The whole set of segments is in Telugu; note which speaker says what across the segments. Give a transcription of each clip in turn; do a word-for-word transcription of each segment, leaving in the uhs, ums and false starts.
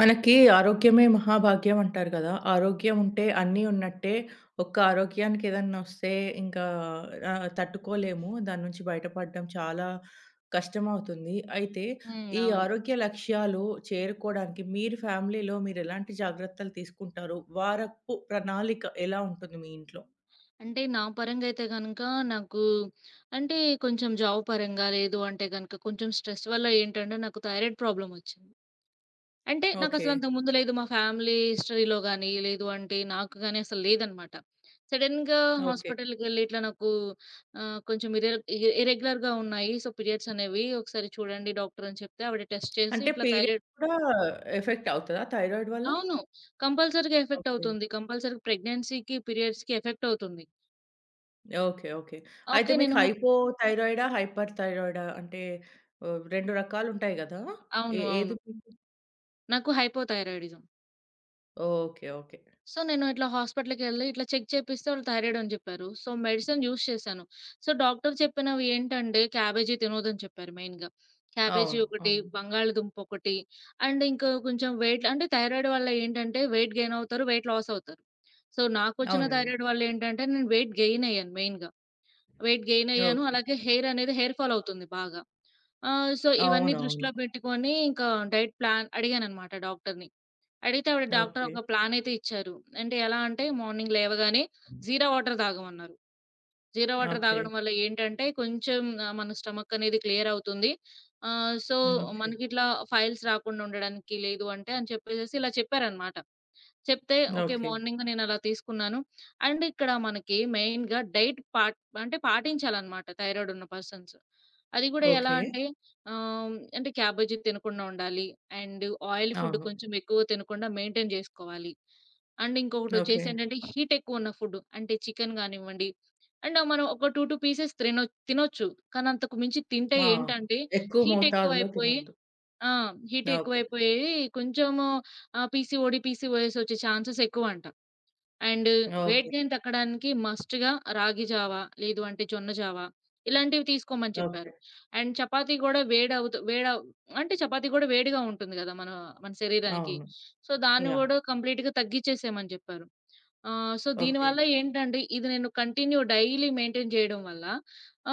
Speaker 1: మనకి ఆరోగ్యమే మహాభాగ్యం అంటారు కదా! ఆరోగ్యం ఉంటే అన్నీ ఉన్నట్టే. ఒక్క ఆరోగ్యానికి ఏదన్నా వస్తే ఇంకా ఆహ్, తట్టుకోలేము. దాని నుంచి బయటపడడం చాలా కష్టమవుతుంది. అయితే
Speaker 2: హ్మ్.
Speaker 1: ఈ
Speaker 2: అవును.
Speaker 1: ఆరోగ్య లక్ష్యాలు చేరుకోవడానికి మీరు ఫ్యామిలీలో మీరెలాంటి జాగ్రత్తలు తీసుకుంటారు? వారపు ప్రణాళిక ఎలా ఉంటుంది మీ ఇంట్లో?
Speaker 2: అంటే నా పరంగా అయితే గనక నాకు అంటే కొంచెం జాబ్ పరంగా లేదు అంటే గనక కొంచెం స్ట్రెస్ వల్ల ఏంటంటే నాకు థైరాయిడ్ ప్రాబ్లమ్ వచ్చింది. అంటే
Speaker 1: ఓకే.
Speaker 2: నాకసలు అంతకుముందు లేదు. మా ఫ్యామిలీ హిస్టరీలో గాని, లేదు అంటే నాకు గాని అసలు లేదనమాట. సడెన్‌గా
Speaker 1: ఓకే.
Speaker 2: హాస్పిటల్‌కెళ్ళి ఇట్లా నాకు ఆహ్, కొంచెం ఇర్రె ఇర్ ఇర్రెగ్యులర్‌గా ఉన్నాయి. సో, పీరియడ్స్ అనేవి ఒకసారి చూడండి డాక్టర్ అని చెప్తే ఆవిడ టెస్ట్ చేసి
Speaker 1: అంటే
Speaker 2: ఇట్లా
Speaker 1: పీరియడ్
Speaker 2: థైరాయిడ్.
Speaker 1: కూడా ఎఫెక్ట్ అవుతదా థైరాయిడ్ వల్ల?
Speaker 2: అవును. కంపల్సరీగా ఎఫెక్ట్
Speaker 1: ఓకే.
Speaker 2: అవుతుంది. కంపల్సరీగా ప్రెగ్నెన్సీకి, పీరియడ్స్‌కి ఎఫెక్ట్ అవుతుంది.
Speaker 1: ఓకే. ఓకే. అయితే
Speaker 2: ఓకే.
Speaker 1: మీకు
Speaker 2: నేను
Speaker 1: హైపోథైరాయిడా? హైపర్ థైరాయిడా? అంటే ఆహ్, రెండు రకాలుంటాయి గదా! ఏ
Speaker 2: అవును. అవును.
Speaker 1: ఏది మీకు.
Speaker 2: నాకు హైపోథైరాయిడిజం.
Speaker 1: ఓకే. ఓకే.
Speaker 2: సో, నేను ఇట్లా హాస్పిటల్‌కెళ్ళి ఇట్లా చెక్ చేపిస్తే వాళ్ళు థైరాయిడ్ అని చెప్పారు. సో, మెడిసిన్ యూజ్ చేశాను. సో, డాక్టర్ చెప్పినవి ఏంటంటే క్యాబేజీ తినొద్దని చెప్పారు మెయిన్‌గా. క్యాబేజీ
Speaker 1: అవును.
Speaker 2: ఒకటి,
Speaker 1: అవును.
Speaker 2: బంగాళదుంప ఒకటి అండ్ ఇంకా కొంచెం వెయిట్ అంటే థైరాయిడ్ వల్ల ఏంటంటే వెయిట్ గెయిన్ అవుతారు, వెయిట్ లాస్ అవుతారు. సో, నాకొచ్చిన
Speaker 1: అవునండి.
Speaker 2: థైరాయిడ్ వల్ల ఏంటంటే నేను వెయిట్ గెయిన్ అయ్యాను మెయిన్‌గా. వెయిట్ గెయిన్ అయ్యాను.
Speaker 1: ఓకే.
Speaker 2: అలాగే హెయిర్ అనేది హెయిర్ ఫాల్ అవుతుంది బాగా. ఆహ్, సో, ఇవన్నీ
Speaker 1: అవునవును.
Speaker 2: దృష్టిలో పెట్టుకొని ఇంకా డైట్ ప్లాన్ అడిగానన్నమాట డాక్టర్‌ని. అడిగితే ఆవిడ డాక్టర్
Speaker 1: ఓకే.
Speaker 2: ఒక ప్లాన్ అయితే ఇచ్చారు. అంటే ఎలా అంటే మార్నింగ్ లేవగానే జీరా వాటర్ తాగమన్నారు. జీరా వాటర్
Speaker 1: ఓకే.
Speaker 2: తాగడం వల్ల ఏంటంటే కొంచెం ఆహ్, మన స్టమక్ అనేది క్లియర్ అవుతుంది. ఆహ్, సో,
Speaker 1: ఓకే.
Speaker 2: మనకిట్లా ఫైల్స్ రాకుండా ఉండడానికి లేదు అంటే అని చెప్పేసేసి ఇలా చెప్పారనమాట. చెప్తే ఓకే.
Speaker 1: ఓకే.
Speaker 2: మార్నింగ్ నేనలా తీసుకున్నాను. అండ్ ఇక్కడ మనకి మెయిన్‌గా డైట్ పాట్ అంటే పాటించాలనమాట థైరాయిడ్ ఉన్న పర్సన్స్. అది కూడా ఎలా
Speaker 1: ఓకే.
Speaker 2: అంటే ఆహ్, అంటే క్యాబేజీ తినకుండా ఉండాలి. అండ్ ఆయిల్ ఫుడ్
Speaker 1: అవును.
Speaker 2: కొంచెం ఎక్కువ తినకుండా మెయింటైన్ జేసుకోవాలి. And
Speaker 1: okay.
Speaker 2: ఇంకొకటొచ్చేసి ఏంటంటే హీట్ ఎక్కువున్న ఫుడ్ అంటే చికెన్ గానివ్వండి, అండ్ మనం ఒక రెండు, రెండు పీసెస్ తినొ తినొచ్చు. కానీ అంతకు మించి తింటే
Speaker 1: ఆ!
Speaker 2: ఏంటంటే
Speaker 1: ఎక్కువ
Speaker 2: హీట్
Speaker 1: మోతాదులో
Speaker 2: ఎక్కువైపోయి.
Speaker 1: తినొద్దు.
Speaker 2: ఆ! Heat
Speaker 1: okay.
Speaker 2: ఎక్కువైపోయేవి కొంచెము ఆహ్, పీసీఓడీ, పీసీఓఎస్ వచ్చే ఛాన్సెస్ ఎక్కువంట. And weight
Speaker 1: okay.
Speaker 2: గెయిన్ తగ్గడానికి మస్ట్‌గా రాగి జావ, లేదు అంటే జొన్న జావ ఇలాంటివి తీసుకోమని
Speaker 1: ఓకే.
Speaker 2: చెప్పారు. అండ్ చపాతీ గూడా వేడవుతు వేడవ్ అంటే చపాతీ గూడా వేడిగా ఉంటుంది గదా! మన మన శరీరానికి.
Speaker 1: అవును.
Speaker 2: సో, దాన్ని
Speaker 1: యాహ్!
Speaker 2: గూడా కంప్లీట్‌గా తగ్గిచ్చేసేయమని జెప్పారు. ఆ! So,
Speaker 1: okay.
Speaker 2: దీనివల్ల ఏంటంటే, ఇది నేను కంటిన్యూ డైలీ మెయింటైన్ చేయడం వల్ల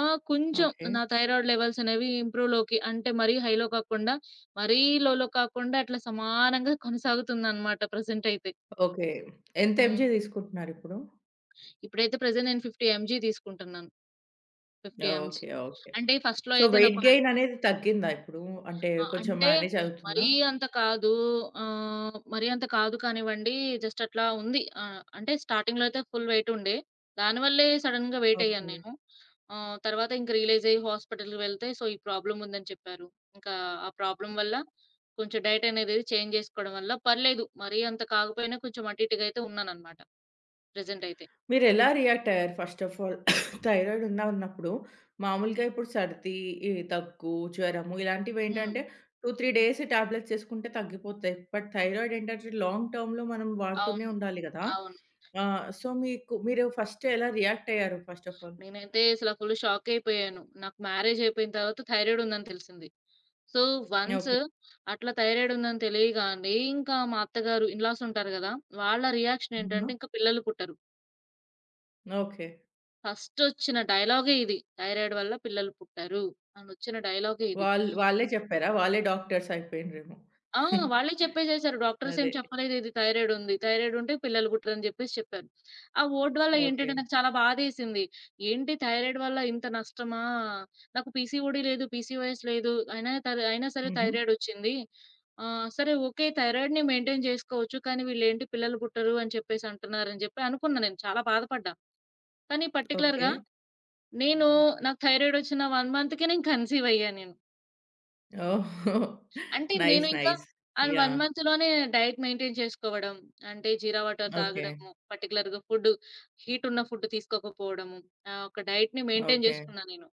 Speaker 2: ఆహ్, కొంచెం
Speaker 1: ఓకే.
Speaker 2: నా థైరాయిడ్ లెవెల్స్ అనేవి ఇంప్రూవ్‌లోకి అంటే మరీ హైలో కాకుండా, మరీ లోలో కాకుండా అట్లా సమానంగా కొనసాగుతుందనమాట ప్రెజెంటయితే.
Speaker 1: ఓకే. ఎంత
Speaker 2: హ్మ్.
Speaker 1: ఎంజీ తీసుకుంటున్నారిప్పుడు?
Speaker 2: ఇప్పుడైతే ప్రెజెంట్ నేను యాభై ఎంజీ తీసుకుంటున్నాను. యాభై ఎంజీ.
Speaker 1: ఓకే. ఓకే.
Speaker 2: అంటే ఫస్ట్‌లో
Speaker 1: సో,
Speaker 2: అయితే
Speaker 1: వెయిట్
Speaker 2: నాకు.
Speaker 1: గెయిన్ అనేది తగ్గిందా ఇప్పుడు? అంటే
Speaker 2: ఆ!
Speaker 1: కొంచెం
Speaker 2: అంటే
Speaker 1: మేనేజ్
Speaker 2: మరీ
Speaker 1: అవుతుందా?
Speaker 2: అంత కాదు. ఆహ్, మరీ అంత కాదు కానివ్వండి. జస్ట్ అట్లా ఉంది. ఆహ్, అంటే స్టార్టింగ్‌లో అయితే ఫుల్ వెయిట్ ఉండే. దానివల్లే సడెన్‌గా వెయిట్ అయ్యాను
Speaker 1: ఓకే.
Speaker 2: నేను. ఆహ్, తర్వాత ఇంక రియలైజ్ అయ్యి హాస్పిటల్‌కి వెళ్తే సో, ఈ ప్రాబ్లమ్ ఉందని చెప్పారు. ఇంకా ఆ ప్రాబ్లమ్ వల్ల కొంచెం డైట్ అనేది చేంజ్ చేసుకోవడం వల్ల పర్లేదు. మరీ అంత కాకపోయినా కొంచెం అటు ఇటుగా అయితే ఉన్నానన్నమాట. ప్రెజెంట్ అయితే.
Speaker 1: మీరెలా రియాక్ట్ అయ్యారు ఫస్ట్ ఆఫ్ ఆల్? థైరాయిడ్ ఉందా అన్నప్పుడు మామూలుగా ఇప్పుడు సర్ది, ఈ దగ్గు, జ్వరము
Speaker 2: హ్మ్.
Speaker 1: ఇలాంటివేంటంటే రెండు, మూడు డేస్ టాబ్లెట్స్ ఏసుకుంటే తగ్గిపోతాయి. బట్ థైరాయిడ్ ఏంటంటే లాంగ్ టర్మ్‌లో మనం వాడుతూనే
Speaker 2: అవును.
Speaker 1: ఉండాలి గదా!
Speaker 2: అవును.
Speaker 1: ఆహ్, సో, మీకు మీరు ఫస్ట్ ఎలా రియాక్ట్ అయ్యారు ఫస్ట్ ఆఫ్ ఆల్?
Speaker 2: నేనైతే అసల ఫుల్ షాకయిపోయాను. నాకు మ్యారేజ్ అయిపోయిన తర్వాత థైరాయిడ్ ఉందని తెలిసింది. So, once
Speaker 1: okay.
Speaker 2: అట్లా థైరాయిడ్ ఉందని తెలియగానే ఇంకా మా అత్తగారు ఇన్‌లాస్ ఉంటారు గదా! వాళ్ళ రియాక్షన్ ఏంటంటే
Speaker 1: హుహు.
Speaker 2: ఇంకా పిల్లలు పుట్టరు.
Speaker 1: ఓకే.
Speaker 2: ఫస్ట్ ఒచ్చిన డైలాగే ఇది. థైరాయిడ్ వల్ల పిల్లలు పుట్టరు. అనొచ్చిన డైలాగే ఇది.
Speaker 1: వాళ్ వాళ్ళే చెప్పారా? వాళ్ళే డాక్టర్స్ అయిపోయిండ్రేమో.
Speaker 2: ఆ! వాళ్ళే చెప్పేసేసారు. డాక్టర్స్ ఏం
Speaker 1: అదే.
Speaker 2: చెప్పలేదు ఇది థైరాయిడ్ ఉంది. థైరాయిడ్ ఉంటే పిల్లలు పుట్టరని జెప్పేసి చెప్పారు. ఆ ఓట్ వల్ల
Speaker 1: ఓకే.
Speaker 2: ఏంటంటే నాకు చాలా బాధేసింది. ఏంటి థైరాయిడ్ వల్ల ఇంత నష్టమా? నాకు పీసీఓడీ లేదు, పీసీఓఎస్ లేదు. అయినా తర్ అయినా సరే
Speaker 1: హుహు.
Speaker 2: థైరాయిడ్ ఒచ్చింది. ఆహ్, సరే ఓకే. థైరాయిడ్‌ని మెయింటైన్ జేసుకోవచ్చు. కానీ వీళ్ళేంటి పిల్లలు పుట్టరు అని చెప్పేసి అంటున్నారని జెప్పి అనుకున్నా నేను. చాలా బాధపడ్డా. కానీ
Speaker 1: ఓకే.
Speaker 2: పర్టిక్యులర్‌గా నేను నాకు థైరాయిడ్ ఒచ్చిన ఒక మంత్‌కే నేను కన్సీవ్ అయ్యా నేను.
Speaker 1: ఓహో!
Speaker 2: అంటే నేను
Speaker 1: నైస్.
Speaker 2: ఇంకా
Speaker 1: నైస్.
Speaker 2: అండ్ ఒక
Speaker 1: యాహ్!
Speaker 2: మంత్‌లోనే డైట్ మెయింటైన్ చేసుకోవడం. అంటే జీరా వాటర్
Speaker 1: ఓకే.
Speaker 2: తాగడము, పర్టిక్యులర్‌గా ఫుడ్ హీట్ ఉన్న ఫుడ్ తీసుకోకపోవడము. ఆహ్, ఒక డైట్‌ని మెయింటైన్
Speaker 1: ఓకే.
Speaker 2: చేసుకున్నా నేను.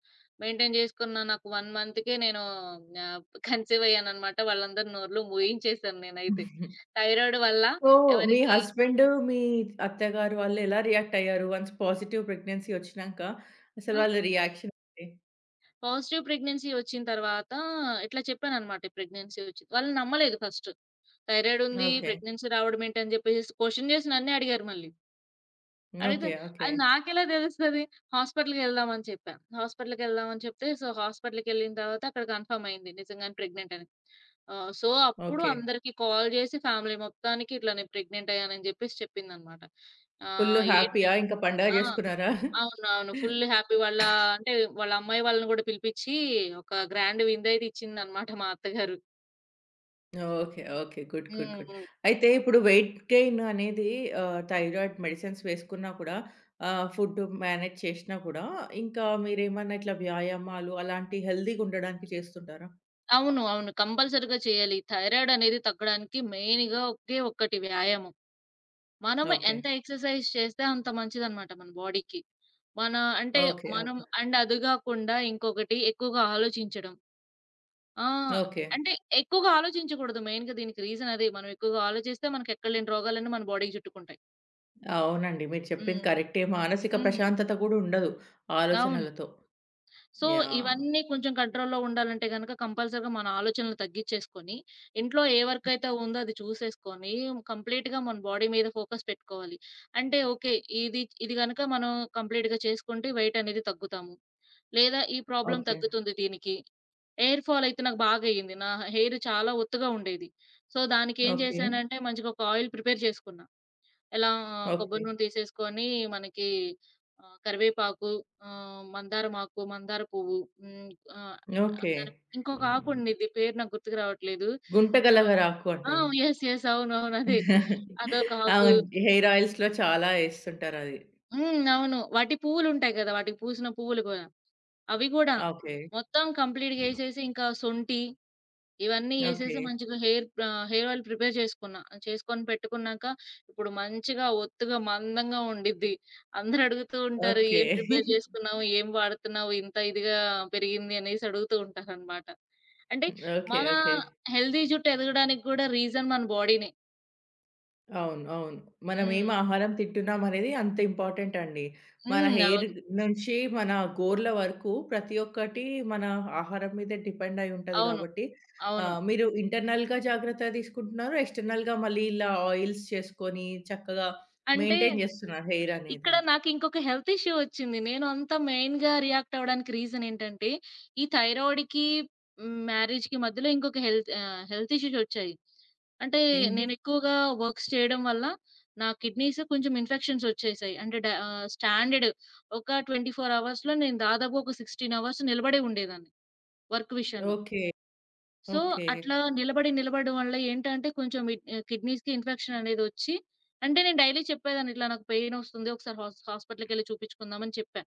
Speaker 2: మెయింటైన్ చేసుకున్న నాకు ఒక మంత్‌కే నేను ఆహ్, కన్సీవ్ అయ్యానన్నమాట. వాళ్ళందరి నోర్లు మూయించేసాను నేనైతే. థైరాయిడ్ వల్ల
Speaker 1: సో, మీ
Speaker 2: ఎవరికీ.
Speaker 1: హస్బెండ్, మీ అత్తగారు వాళ్ళు ఎలా రియాక్ట్ అయ్యారు? వన్స్ పాజిటివ్ ప్రెగ్నెన్సీ వచ్చినంక అసలు
Speaker 2: ఆ!
Speaker 1: వాళ్ళ రియాక్షన్ ఏంటి?
Speaker 2: పాజిటివ్ ప్రెగ్నెన్సీ వచ్చిన తర్వాత ఇట్లా చెప్పానన్నమాట. ప్రెగ్నెన్సీ వచ్చింది. వాళ్ళు నమ్మలేదు ఫస్ట్. థైరాయిడ్ ఉంది.
Speaker 1: ఓకే.
Speaker 2: ప్రెగ్నెన్సీ రావడం ఏంటని చెప్పేసేసి క్వెషన్ చేసి నన్నే అడిగారు మళ్ళీ. అడిగితే
Speaker 1: ఓకే. ఓకే.
Speaker 2: అది నాకెలా తెలుస్తది? హాస్పిటల్‌కెళ్దాం అని చెప్పాను. హాస్పిటల్‌కెళ్దాం అని చెప్తే, సో, హాస్పిటల్‌కెళ్ళిన తర్వాత అక్కడ కన్ఫర్మ్ అయింది. నిజంగానే ప్రెగ్నెంట్ అని. ఆహ్, సో, అప్పుడు
Speaker 1: ఓకే.
Speaker 2: అందరికీ కాల్ జేసి ఫ్యామిలీ మొత్తానికి ఇట్లా నేను ప్రెగ్నెంట్ అయ్యానని జెప్పేసి చెప్పిందనమాట.
Speaker 1: ఫుల్
Speaker 2: ఆహ్, ఏంటం
Speaker 1: హ్యాపీయా? ఇంకా పండగ
Speaker 2: ఆ!
Speaker 1: చేసుకున్నారా?
Speaker 2: అవునవును. Full happy. వాళ్ళ అంటే వాళ్ళ అమ్మాయి వాళ్ళని గూడా పిలిపిచ్చి ఒక గ్రాండ్ విందయితే ఇచ్చిందనమాట మా అత్తగారు.
Speaker 1: ఓకే. ఓకే. గుడ్. గుడ్.
Speaker 2: హ్మ్.
Speaker 1: గుడ్.
Speaker 2: హ్మ్.
Speaker 1: అయితే ఇప్పుడు వెయిట్ గెయిన్ అనేది ఆహ్, థైరాయిడ్ మెడిసిన్స్ వేసుకున్నా కూడా ఆహ్, ఫుడ్ మేనేజ్ చేషినా కూడా ఇంకా మీరేమన్నా ఇట్లా వ్యాయామాలు అలాంటి హెల్తీగా ఉండడానికి చేస్తుంటారా?
Speaker 2: అవును. అవును. కంపల్సరీగా చేయాలి. థైరాయిడ్ అనేది తగ్గడానికి మెయిన్‌గా ఒకే ఒక్కటి వ్యాయామం. మనం
Speaker 1: ఓకే.
Speaker 2: ఎంత ఎక్సర్‌సైజ్ చేస్తే అంత మంచిదనమాట మన బాడీకి. మన అంటే
Speaker 1: ఓకే.
Speaker 2: మనం
Speaker 1: ఓకే.
Speaker 2: అండ్ అది గాకుండా ఇంకొకటి ఎక్కువగా ఆలోచించడం. ఆ!
Speaker 1: ఓకే.
Speaker 2: అంటే ఎక్కువగా ఆలోచించకూడదు మెయిన్‌గా దీనికి రీజన్ అదే. మనం ఎక్కువగా ఆలోచిస్తే మనకెక్కడలేని రోగాలన్నీ మన బాడీకి చుట్టుకుంటాయి.
Speaker 1: అవునండి. మీరు చెప్పింది
Speaker 2: హ్మ్.
Speaker 1: కరెక్టే. మానసిక
Speaker 2: హ్మ్.
Speaker 1: ప్రశాంతత కూడా ఉండదు
Speaker 2: అవును.
Speaker 1: ఆలోచనలతో.
Speaker 2: So,
Speaker 1: yeah!
Speaker 2: ఇవన్నీ కొంచెం కంట్రోల్‌లో ఉండాలంటే గనక కంపల్సరీగా మన ఆలోచనలు తగ్గిచ్చేసుకొని, ఇంట్లో ఏ వర్క్ అయితే ఉందో అది చూసేసుకొని, కంప్లీట్‌గా మన బాడీ మీద ఫోకస్ పెట్టుకోవాలి. అంటే ఓకే. ఇది ఇది గనక మనం కంప్లీట్‌గా చేసుకుంటే వెయిట్ అనేది తగ్గుతాము. లేదా ఈ ప్రాబ్లమ్
Speaker 1: ఓకే.
Speaker 2: తగ్గుతుంది దీనికి. హెయిర్ ఫాల్ అయితే నాకు బాగా అయింది. నా హెయిర్ చాలా ఒత్తుగా ఉండేది. సో, దానికేం
Speaker 1: ఓకే.
Speaker 2: చేశానంటే మంచిగా ఒక ఆయిల్ ప్రిపేర్ చేసుకున్నా. ఎలా ఆ,
Speaker 1: ఓకే.
Speaker 2: కొబ్బరి నూనె తీసేసుకొని మనకి ఆహ్, కరివేపాకు, ఆహ్, మందారమాకు, మందార పువ్వు. హ్మ్. ఆహ్,
Speaker 1: ఓకే.
Speaker 2: దాని ఇంకొక ఆకుండిద్ది పేరు నాకు గుర్తుకు రావట్లేదు. ఆహ్,
Speaker 1: గుంటగలగరాకు
Speaker 2: ఆ!
Speaker 1: అంటారు.
Speaker 2: యెస్. యెస్. అవునవును. అదే. అదొక ఆకు.
Speaker 1: అవును. హెయిర్ ఆయిల్స్‌లో చాలా ఏస్తుంటారది.
Speaker 2: హ్మ్. అవును. వాటి పువ్వులుంటాయి కదా! వాటికి పూసిన పువ్వులు కూడా. అవి గూడా
Speaker 1: ఓకే.
Speaker 2: మొత్తం కంప్లీట్‌గా యేసేసి ఇంకా సొంటి ఇవన్నీ
Speaker 1: ఓకే.
Speaker 2: ఏసేసి మంచిగా హెయిర్ ప్రా హెయిర్ ఆయిల్ ప్రిపేర్ చేసుకున్నా. చేసుకొని పెట్టుకున్నాక ఇప్పుడు మంచిగా ఒత్తుగా మందంగా ఉండిద్ది. అందరూ అడుగుతూ ఉంటారు.
Speaker 1: ఓకే.
Speaker 2: "ఏం ప్రిపేర్ చేసుకున్నావు? ఏం వాడుతున్నావు? ఇంత ఇదిగా పెరిగింది" అనేసి అడుగుతూ ఉంటారనమాట. అంటే
Speaker 1: ఓకే.
Speaker 2: మన
Speaker 1: ఓకే.
Speaker 2: హెల్తీ జుట్టు ఎదగడానికి గూడా రీజన్ మన బాడీనే.
Speaker 1: అవును. అవును. మనం
Speaker 2: హ్మ్.
Speaker 1: ఏమి ఆహారం తింటున్నాం అనేది అంత ఇంపార్టెంట్ అండి. మన
Speaker 2: హ్మ్.
Speaker 1: హెయిర్
Speaker 2: అవును.
Speaker 1: నుంచి మన గోర్ల వరకు ప్రతి ఒక్కటి మన ఆహారం మీదే డిపెండ్ అయి ఉంటది
Speaker 2: అవును.
Speaker 1: కాబట్టి
Speaker 2: అవును.
Speaker 1: ఆహ్, మీరు ఇంటర్నల్‌గా జాగ్రత్త తీసుకుంటున్నారు. ఎక్స్‌టర్నల్‌గా మళ్ళీ ఇలా ఆయిల్స్ చేసుకొని చక్కగా
Speaker 2: అంటే
Speaker 1: మెయింటైన్ చేస్తున్నారు హెయిర్
Speaker 2: ఇక్కడ
Speaker 1: అనేదాన్ని.
Speaker 2: నాకింకొక హెల్త్ ఇష్యూ ఒచ్చింది. నేను అంత మెయిన్‌గా రియాక్ట్ అవ్వడానికి రీజన్ ఏంటంటే, ఈ థైరాయిడ్‌కి, హ్మ్, మ్యారేజ్‌కి మధ్యలో ఇంకొక హెల్త్ ఆహ్, హెల్త్ ఇష్యూస్ ఒచ్చాయి. అంటే
Speaker 1: ఏంటి?
Speaker 2: నేనెక్కువగా వర్క్స్ చేయడం వల్ల నా కిడ్నీస్ కొంచెం ఇన్ఫెక్షన్స్ ఒచ్చేసాయి. అంటే డ ఆహ్, స్టాండర్డ్ ఒక ఇరవై నాలుగు అవర్స్‌లో నేను దాదాపు ఒక పదహారు అవర్స్ నిలబడే ఉండేదాన్ని వర్క్ విషయంలో.
Speaker 1: ఓకే.
Speaker 2: So,
Speaker 1: okay.
Speaker 2: అట్లా నిలబడి, నిలబడడం వల్ల ఏంటంటే కొంచెం ఇ కిడ్నీస్‌కి ఇన్ఫెక్షన్ అనేదొచ్చి అంటే నేను డైలీ చెప్పేదాన్ని ఇట్లా నాకు పెయినొస్తుంది. ఒకసారి హాస్ హాస్పిటల్‌కెళ్లి చూపించుకుందాం అని చెప్పా.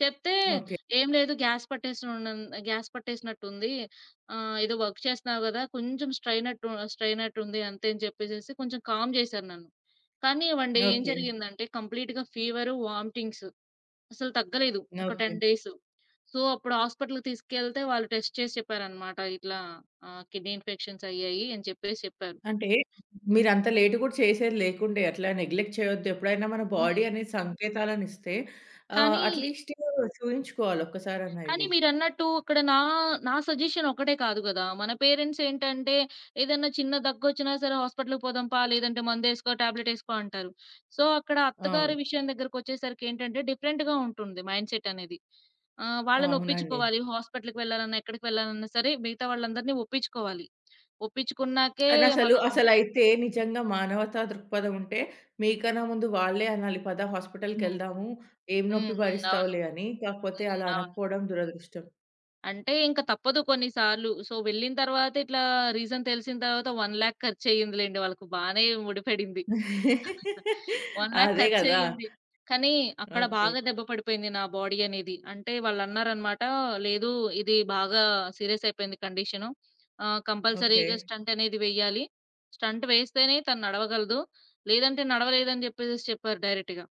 Speaker 2: చెప్తే
Speaker 1: ఓకే.
Speaker 2: ఏం లేదు గ్యాస్ పట్టేసినున్ గ్యాస్ పట్టేసినట్టుంది. ఆహ్, ఏదో వర్క్ చేస్తున్నావు గదా! కొంచెం స్ట్రెయిన్ అట్టు స్ట్రెయిన్ అట్టుంది అంతే అని చెప్పేసేసి కొంచెం కామ్ చేశారు నన్ను. కానీ ఒక డే ఏం
Speaker 1: ఓకే.
Speaker 2: జరిగిందంటే కంప్లీట్‌గా ఫీవరు, వామిటింగ్స్. అసలు తగ్గలేదు. ఒక
Speaker 1: ఓకే.
Speaker 2: పది డేసు. సో, అప్పుడు హాస్పిటల్‌కి తీసుకెళ్తే వాళ్ళు టెస్ట్ చేసి చెప్పారనమాట. ఇట్లా ఆహ్, కిడ్నీ ఇన్ఫెక్షన్స్ అయ్యాయి అని చెప్పేసి చెప్పారు.
Speaker 1: అంటే మీరంత లేట్ గూడా చేసేది లేకుండే. అట్లా నెగ్లెక్ట్ చేయొద్దు. ఎప్పుడైనా మన
Speaker 2: హ్మ్.
Speaker 1: బాడీ అనేది సంకేతాలనిస్తే ఆహ్,
Speaker 2: కానీ,
Speaker 1: అట్‌లీస్ట్ చూయించుకోవాలి ఒక్కసారన్నా
Speaker 2: కానీ
Speaker 1: ఎళ్లి.
Speaker 2: మీరన్నట్టు అక్కడ నా, నా సజెషన్ ఒకటే కాదు గదా! మన పేరెంట్స్ ఏంటంటే ఏదన్నా చిన్న దగ్గొచ్చినా సరే హాస్పిటల్‌కి పోదాంపా లేదంటే మందేసుకో, టాబ్లెట్ ఏసుకో అంటారు. సో, అక్కడ అత్తగారి
Speaker 1: అవును.
Speaker 2: విషయం దగ్గరకొచ్చేసరికి ఏంటంటే డిఫరెంట్‌గా ఉంటుంది మైండ్ సెట్ అనేది. ఆహ్, వాళ్ళని
Speaker 1: అవునండి.
Speaker 2: ఒప్పించుకోవాలి. హాస్పిటల్‌కి వెళ్ళాలన్నా, ఎక్కడికి వెళ్ళాలన్నా సరే మిగతా వాళ్ళందరిని ఒప్పించుకోవాలి. ఒప్పించుకున్నాకే
Speaker 1: కానీ అసలు
Speaker 2: మనం.
Speaker 1: అసలైతే నిజంగా మానవతా దృక్పథం ఉంటే మీకన్నా ముందు వాళ్ళే అనాలి. పద
Speaker 2: హ్మ్.
Speaker 1: హాస్పిటల్‌కెళ్దాము. ఏం
Speaker 2: హ్మ్.
Speaker 1: నొప్పి
Speaker 2: హ్మ్. అవును.
Speaker 1: భరిస్తావులే అని. కాకపోతే
Speaker 2: హ్మ్.
Speaker 1: అలా
Speaker 2: అవును.
Speaker 1: అనకపోవడం దురదృష్టం.
Speaker 2: అంటే ఇంక తప్పదు కొన్ని సార్లు. సో, వెళ్ళిన తర్వాత ఇట్లా రీజన్ తెలిసిన తర్వాత ఒక లక్ష ఖర్చయిందిలెండి. వాళ్ళకి బానే ముడిపడింది. ఒక లక్ష
Speaker 1: అదే గదా!
Speaker 2: ఖర్చయింది. కానీ అక్కడ
Speaker 1: ఓకే.
Speaker 2: బాగా దెబ్బ పడిపోయింది నా బాడీ అనేది. అంటే వాళ్ళన్నారనమాట, "లేదు ఇది బాగా సీరియస్ అయిపోయింది కండిషను. ఆహ్,
Speaker 1: ఓకే.
Speaker 2: కంపల్సరీగా స్టంట్ అనేది వెయ్యాలి. స్టంట్ వేస్తేనే తను నడవగలదు. లేదంటే నడవలేదని" చెప్పేసేసి చెప్పారు డైరెక్ట్‌గా.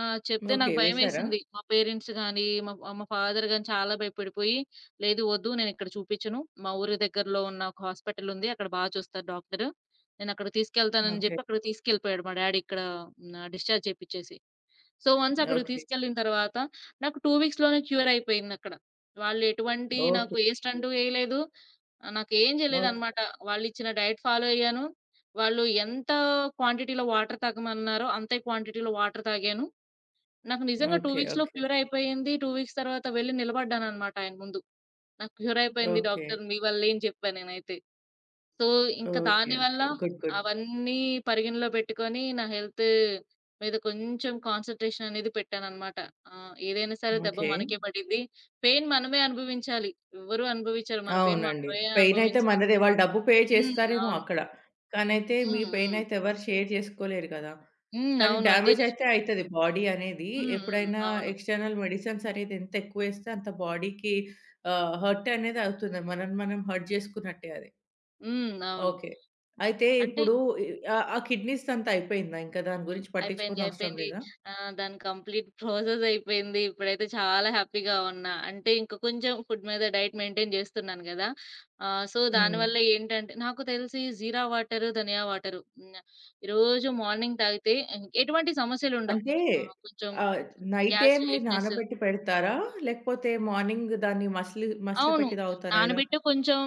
Speaker 2: ఆ! చెప్తే
Speaker 1: ఓకే.
Speaker 2: నాకు
Speaker 1: వేశారా?
Speaker 2: భయమేసింది. మా పేరెంట్స్ గాని, మా మా ఫాదర్ గాని చాలా భయపడిపోయి, "లేదు వద్దు నేనిక్కడ చూపిచ్చను. మా ఊరి దగ్గరలో ఉన్న ఒక హాస్పిటల్ ఉంది. అక్కడ బా చూస్తారు డాక్టరు. నేనక్కడికి తీసుకెళ్తానని"
Speaker 1: ఓకే.
Speaker 2: జెప్పి అక్కడికి తీసుకెళ్ళిపోయాడు మా డ్యాడీ ఇక్కడ. హ్మ్. ఆహ్, డిశ్చార్జ్ చేపిచ్చేసి. సో, వన్స్ అక్కడికి
Speaker 1: ఓకే.
Speaker 2: తీసుకెళ్ళిన తర్వాత నాకు రెండు వీక్స్‌లోనే క్యూర్ అయిపోయిందక్కడ. వాళ్ళు ఎటువంటి నాకు
Speaker 1: ఓకే.
Speaker 2: ఏ స్టంటు ఏయలేదు. ఆహ్, నాకేం
Speaker 1: ఓహ్!
Speaker 2: జేయలేదనమాట. వాళ్ళిచ్చిన డైట్ ఫాలో అయ్యాను. వాళ్ళు ఎంత క్వాంటిటీలో వాటర్ తాగమన్నారో అంతే క్వాంటిటీలో వాటర్ తాగాను. నాకు నిజంగా రెండు
Speaker 1: ఓకే.
Speaker 2: వీక్స్‌లో
Speaker 1: ఓకే.
Speaker 2: క్యూర్ అయిపోయింది. రెండు వీక్స్ తర్వాత వెళ్లి నిలబడ్డాననమాట ఆయన ముందు. నాకు క్యూర్ అయిపోయింది
Speaker 1: ఓకే.
Speaker 2: డాక్టర్ మీ వల్లే అని చెప్పా నేనైతే. సో, ఇంకా
Speaker 1: ఓకే.
Speaker 2: దానివల్ల
Speaker 1: ఓకే. గుడ్. గుడ్.
Speaker 2: అవన్నీ పరిగణలో పెట్టుకొని నా హెల్త్ మీద కొంచెం కాన్సంట్రేషన్ అనేది పెట్టాననమాట. ఆహ్, ఏదైనా సరే దెబ్బ
Speaker 1: ఓకే.
Speaker 2: మనకే పడిద్ది. పెయిన్ మనమే అనుభవించాలి. ఎవ్వరు అనుభవించరు. మన పెయిన్
Speaker 1: అవునండి.
Speaker 2: మనమే
Speaker 1: పెయినయితే
Speaker 2: అనుభవించాలి.
Speaker 1: మనదే. వాళ్ళు డబ్బు పే
Speaker 2: హ్మ్.
Speaker 1: చేస్తారేమో
Speaker 2: అవును.
Speaker 1: అక్కడ. కానైతే మీ
Speaker 2: హ్మ్. హ్మ్.
Speaker 1: పెయినయితే ఎవరు షేర్ చేసుకోలేరు కదా!
Speaker 2: హ్మ్.
Speaker 1: కానీ
Speaker 2: అవును. అదే
Speaker 1: డ్యామేజయితే
Speaker 2: నిజం.
Speaker 1: అయితది. బాడీ అనేది
Speaker 2: హ్మ్. హ్మ్.
Speaker 1: ఎప్పుడైనా
Speaker 2: అవును.
Speaker 1: ఎక్స్‌టర్నల్ మెడిసిన్స్ అనేది ఎంత ఎక్కువేస్తే అంత బాడీకి ఆహ్, హర్ట్ అనేది అవుతుంది. మనల్ని మనం హర్ట్ చేసుకున్నట్టే అది.
Speaker 2: హ్మ్. అవును.
Speaker 1: ఓకే. అయితే
Speaker 2: అంటే
Speaker 1: ఇప్పుడు ఇ ఆహ్, ఆ కిడ్నీస్‌దంతా అయిపోయిందా? ఇంకా దాని గురించి
Speaker 2: అయిపోయింది.
Speaker 1: పట్టించుకోనవసరం
Speaker 2: అయిపోయింది.
Speaker 1: లేదా?
Speaker 2: ఆహ్, దాని కంప్లీట్ ప్రాసెస్ అయిపోయింది. ఇప్పుడైతే చాలా హ్యాపీగా ఉన్నా. అంటే ఇంక కొంచెం ఫుడ్ మీద డైట్ మెయింటైన్ జేస్తున్నాను గదా! ఆహ్, సో,
Speaker 1: హ్మ్.
Speaker 2: దానివల్ల ఏంటంటే నాకు తెలిసి జీరా వాటరు, ధనియా వాటరు హ్మ్. రోజు మార్నింగ్ తాగితే ఎటువంటి సమస్యలుండవు.
Speaker 1: అంటే
Speaker 2: ఆహ్, కొంచెం
Speaker 1: ఆహ్, నైటే
Speaker 2: గ్యాస్
Speaker 1: మీరు
Speaker 2: రిలీఫ్‌నెస్.
Speaker 1: నానబెట్టి పెడతారా? లేకపోతే మార్నింగ్ దాన్ని మసిలి
Speaker 2: అవును.
Speaker 1: మసలపెట్టి తాగుతారా? ఎలా?
Speaker 2: నానబెట్టి కొంచెం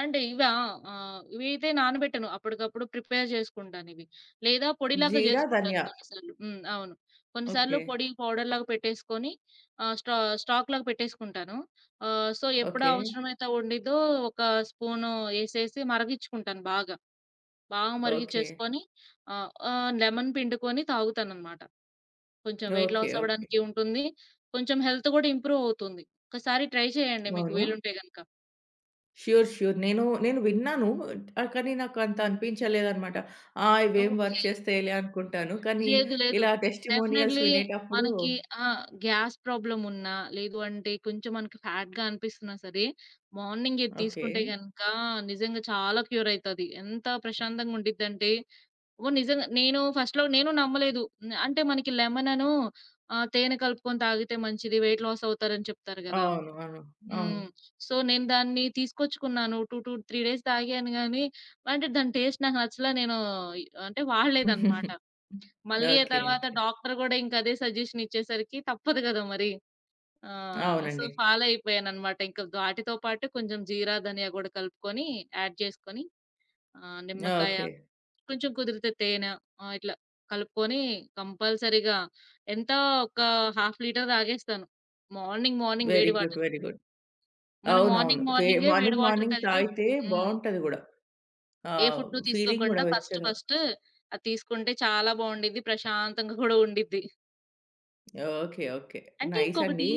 Speaker 2: అంటే ఇవా? ఆహ్, ఇవైతే నానబెట్టను. అప్పటికప్పుడు ప్రిపేర్ చేసుకుంటానివి. లేదా పొడిలాగా
Speaker 1: జీరా,
Speaker 2: జేసుకుంటాను
Speaker 1: ధనియా.
Speaker 2: కొన్నిసార్లు. హ్మ్. అవును. కొన్నిసార్లు
Speaker 1: ఓకే.
Speaker 2: పొడి పౌడర్‌లాగా పెట్టేసుకొని ఆహ్, స్టా స్టాక్‌లాగా పెట్టేసుకుంటాను. ఆహ్, సో, ఎప్పుడు
Speaker 1: ఓకే.
Speaker 2: అవసరమైతే వండిద్దో ఒక స్పూను ఏసేసి మరిగిచ్చుకుంటాను బాగా. బాగా
Speaker 1: ఓకే.
Speaker 2: మరిగిచ్చేసుకొని ఆహ్, ఆహ్, లెమన్ పిండుకొని తాగుతాననమాట. కొంచెం వెయిట్
Speaker 1: ఓకే.
Speaker 2: Loss
Speaker 1: okay.
Speaker 2: అవ్వడానికి ఉంటుంది. కొంచెం హెల్త్ గూడా ఇంప్రూవ్ అవుతుంది. ఒక్కసారి ట్రై చేయండి మీకు
Speaker 1: అవునా?
Speaker 2: వీలుంటే గనక.
Speaker 1: ష్యూర్. ష్యూర్. నేను నేను విన్నాను. ఆహ్, కానీ నాకు అంత అనిపించలేదనమాట. ఆ! ఇవేం వర్క్
Speaker 2: ఓకే.
Speaker 1: చేస్తాయిలే అనుకుంటాను. కానీ
Speaker 2: లేదు. లేదు.
Speaker 1: ఇలా టెస్టిమోనియల్స్
Speaker 2: డెఫినైట్‌లీ
Speaker 1: వినేటప్పుడు
Speaker 2: మనకి. ఆ! గ్యాస్ ప్రాబ్లమ్ ఉన్నా, లేదు అంటే కొంచెం మనకి ఫ్యాట్‌గా అనిపిస్తున్నా సరే, మార్నింగ్ ఇది
Speaker 1: ఓకే.
Speaker 2: తీసుకుంటే గనక నిజంగా చాలా క్యూర్ అయితది. ఎంత ప్రశాంతంగా ఉండిద్దంటే, ఓహ్! నిజంగా నేను ఫస్ట్‌లో నేను నమ్మలేదు. హ్మ్. అంటే మనకి లెమనను ఆహ్, తేనె కలుపుకొని తాగితే మంచిది వెయిట్ లాస్ అవుతారని చెప్తారు గదా!
Speaker 1: అవును. అవును. అవును.
Speaker 2: హ్మ్. సో, నేను దాన్ని తీసుకొచ్చుకున్నాను. రెండు, రెండు, మూడు డేస్ తాగాను గానీ, అంటే దాని టేస్ట్ నాకు నచ్చలా నేను అంటే వాడలేదనమాట. మళ్ళీ ఆ
Speaker 1: ఓకే.
Speaker 2: తర్వాత
Speaker 1: ఓకే.
Speaker 2: డాక్టర్ గూడా ఇంక అదే సజెషన్ ఇచ్చేసరికి తప్పదు గదా! మరి. ఆ! సో,
Speaker 1: అవునండి.
Speaker 2: ఫాలో అయిపోయాననమాట. ఇంక వాటితో పాటు కొంచెం జీరా, ధనియా గూడా కలుపుకొని యాడ్ చేసుకొని ఆహ్, నిమ్మకాయ,
Speaker 1: ఓకే.
Speaker 2: కొంచెం కుదిరితే తేనె ఆహ్, ఇట్లా కలుపుకొని కంపల్సరీగా ఎంత ఒక హాఫ్ లీటర్ తాగేస్తాను. మార్నింగ్, మార్నింగ్
Speaker 1: వెరీ
Speaker 2: వేడి
Speaker 1: గుడ్.
Speaker 2: వాటర్.
Speaker 1: Very good.
Speaker 2: మనం
Speaker 1: అవునవును.
Speaker 2: మార్నింగ్,
Speaker 1: వే
Speaker 2: మార్నింగే వేడి
Speaker 1: మార్నింగ్,
Speaker 2: వాటర్
Speaker 1: మార్నింగ్
Speaker 2: తాగితే
Speaker 1: తాగితే
Speaker 2: హ్మ్.
Speaker 1: బావుంటది గూడా.
Speaker 2: ఏ
Speaker 1: ఆహ్,
Speaker 2: ఫుడ్డు
Speaker 1: ఫీలింగ్
Speaker 2: తీసుకోకుండా
Speaker 1: గూడా
Speaker 2: ఫస్ట్,
Speaker 1: వెచ్చగా.
Speaker 2: ఫస్ట్ అది తీసుకుంటే చాలా బావుండిద్ది. ప్రశాంతంగా గూడా ఉండిద్ది.
Speaker 1: ఓకే. ఓకే.
Speaker 2: అంటే
Speaker 1: నైస్
Speaker 2: ఇంకొకటి
Speaker 1: అండి.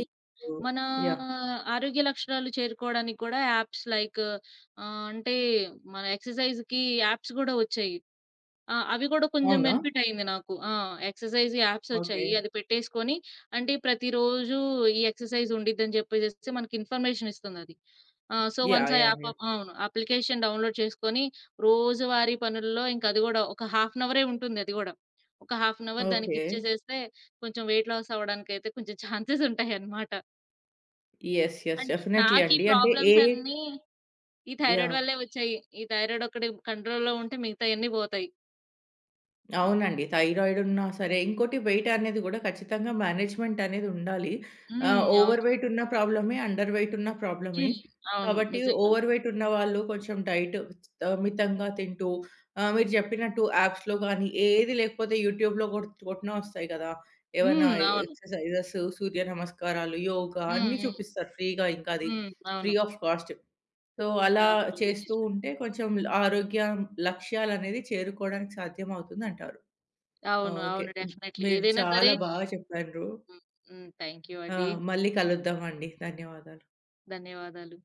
Speaker 1: హ్మ్.
Speaker 2: మనా
Speaker 1: యాహ్!
Speaker 2: ఆరోగ్య లక్షణాలు చేరుకోవడానికి కూడా యాప్స్ లైక్ ఆహ్, అంటే మన ఎక్సర్‌సైజ్‌కి యాప్స్ గూడా వచ్చాయి. ఆ! అవి గూడా కొంచెం
Speaker 1: అవునా?
Speaker 2: బెనిఫిట్ అయింది నాకు. ఆ! Exercise apps
Speaker 1: okay.
Speaker 2: వచ్చాయి. అది పెట్టేసుకొని అంటే ప్రతిరోజు ఈ ఎక్సర్‌సైజ్ ఉండిద్దని చెప్పేసేసి మనకి ఇన్ఫర్మేషన్ ఇస్తుందది. ఆ! So, once
Speaker 1: yeah!
Speaker 2: ఆ
Speaker 1: యాహ్!
Speaker 2: App
Speaker 1: yeah!
Speaker 2: అప్ అవును. అప్లికేషన్ డౌన్‌లోడ్ చేసుకొని రోజువారీ పనుల్లో ఇంక అది గూడా ఒక హాఫ్ అన్ అవరే ఉంటుంది అది గూడా. ఒక హాఫ్ అన్ అవర్
Speaker 1: ఓకే.
Speaker 2: దానికిచ్చేసేస్తే కొంచెం వెయిట్ లాస్ అవ్వడానికైతే కొంచెం ఛాన్సెస్ ఉంటాయన్నమాట.
Speaker 1: యెస్. యెస్.
Speaker 2: అండ్
Speaker 1: డెఫినైట్‌లీ
Speaker 2: నాకీ
Speaker 1: అండి. అంటే ఏ
Speaker 2: ప్రాబ్లమ్స్ అన్నీ ఈ థైరాయిడ్
Speaker 1: యాహ్!
Speaker 2: వల్లే వచ్చాయి. ఈ థైరాయిడ్ ఒక్కటి కంట్రోల్‌లో ఉంటే మిగతాయన్నీ పోతాయి.
Speaker 1: అవునండి.
Speaker 2: హ్మ్.
Speaker 1: థైరాయిడ్ ఉన్నా సరే, ఇంకోటి వెయిట్ అనేది గూడా ఖచ్చితంగా మేనేజ్‌మెంట్ అనేది ఉండాలి. ఆహ్,
Speaker 2: హ్మ్. అవును.
Speaker 1: ఓవర్ వెయిట్ ఉన్న ప్రాబ్లమే, అండర్ వెయిట్ ఉన్న ప్రాబ్లమే.
Speaker 2: హ్మ్. అవును.
Speaker 1: కాబట్టి
Speaker 2: నిజంగా.
Speaker 1: ఓవర్ వెయిట్ ఉన్నవాళ్ళు కొంచెం డైట్ ఆహ్, మితంగా తింటూ ఆహ్, మీరు జెప్పినట్టు యాప్స్‌లో గానీ, ఏది లేకపోతే యూట్యూబ్‌లో గొట్ కొట్టినా వస్తాయి గదా! ఏవన్నా
Speaker 2: హ్మ్. అవును.
Speaker 1: ఎక్సర్‌సైజెస్, సూర్య నమస్కారాలు, యోగా
Speaker 2: హ్మ్.
Speaker 1: అన్నీ
Speaker 2: హ్మ్.
Speaker 1: చూపిస్తారు ఫ్రీగా ఇంకా అది.
Speaker 2: హ్మ్.
Speaker 1: ఫ్రీ
Speaker 2: అవును.
Speaker 1: Of cost. సో, అలా
Speaker 2: అవును. ఇది
Speaker 1: చేస్తూ
Speaker 2: నిజమే.
Speaker 1: ఉంటే కొంచెం ఆరోగ్య లక్ష్యాలనేది చేరుకోవడానికి సాధ్యం అవుతుందంటారు.
Speaker 2: అవును.
Speaker 1: ఓకే.
Speaker 2: అవును. డెఫినైట్‌లీ.
Speaker 1: మీరు
Speaker 2: ఏదైనా సరే
Speaker 1: చాలా బాగా చెప్పారు.
Speaker 2: హ్మ్. హ్మ్. థాంక్ యూ
Speaker 1: ఆ!
Speaker 2: అండి.
Speaker 1: మళ్ళీ కలుద్దామండి. ధన్యవాదాలు.
Speaker 2: ధన్యవాదాలు.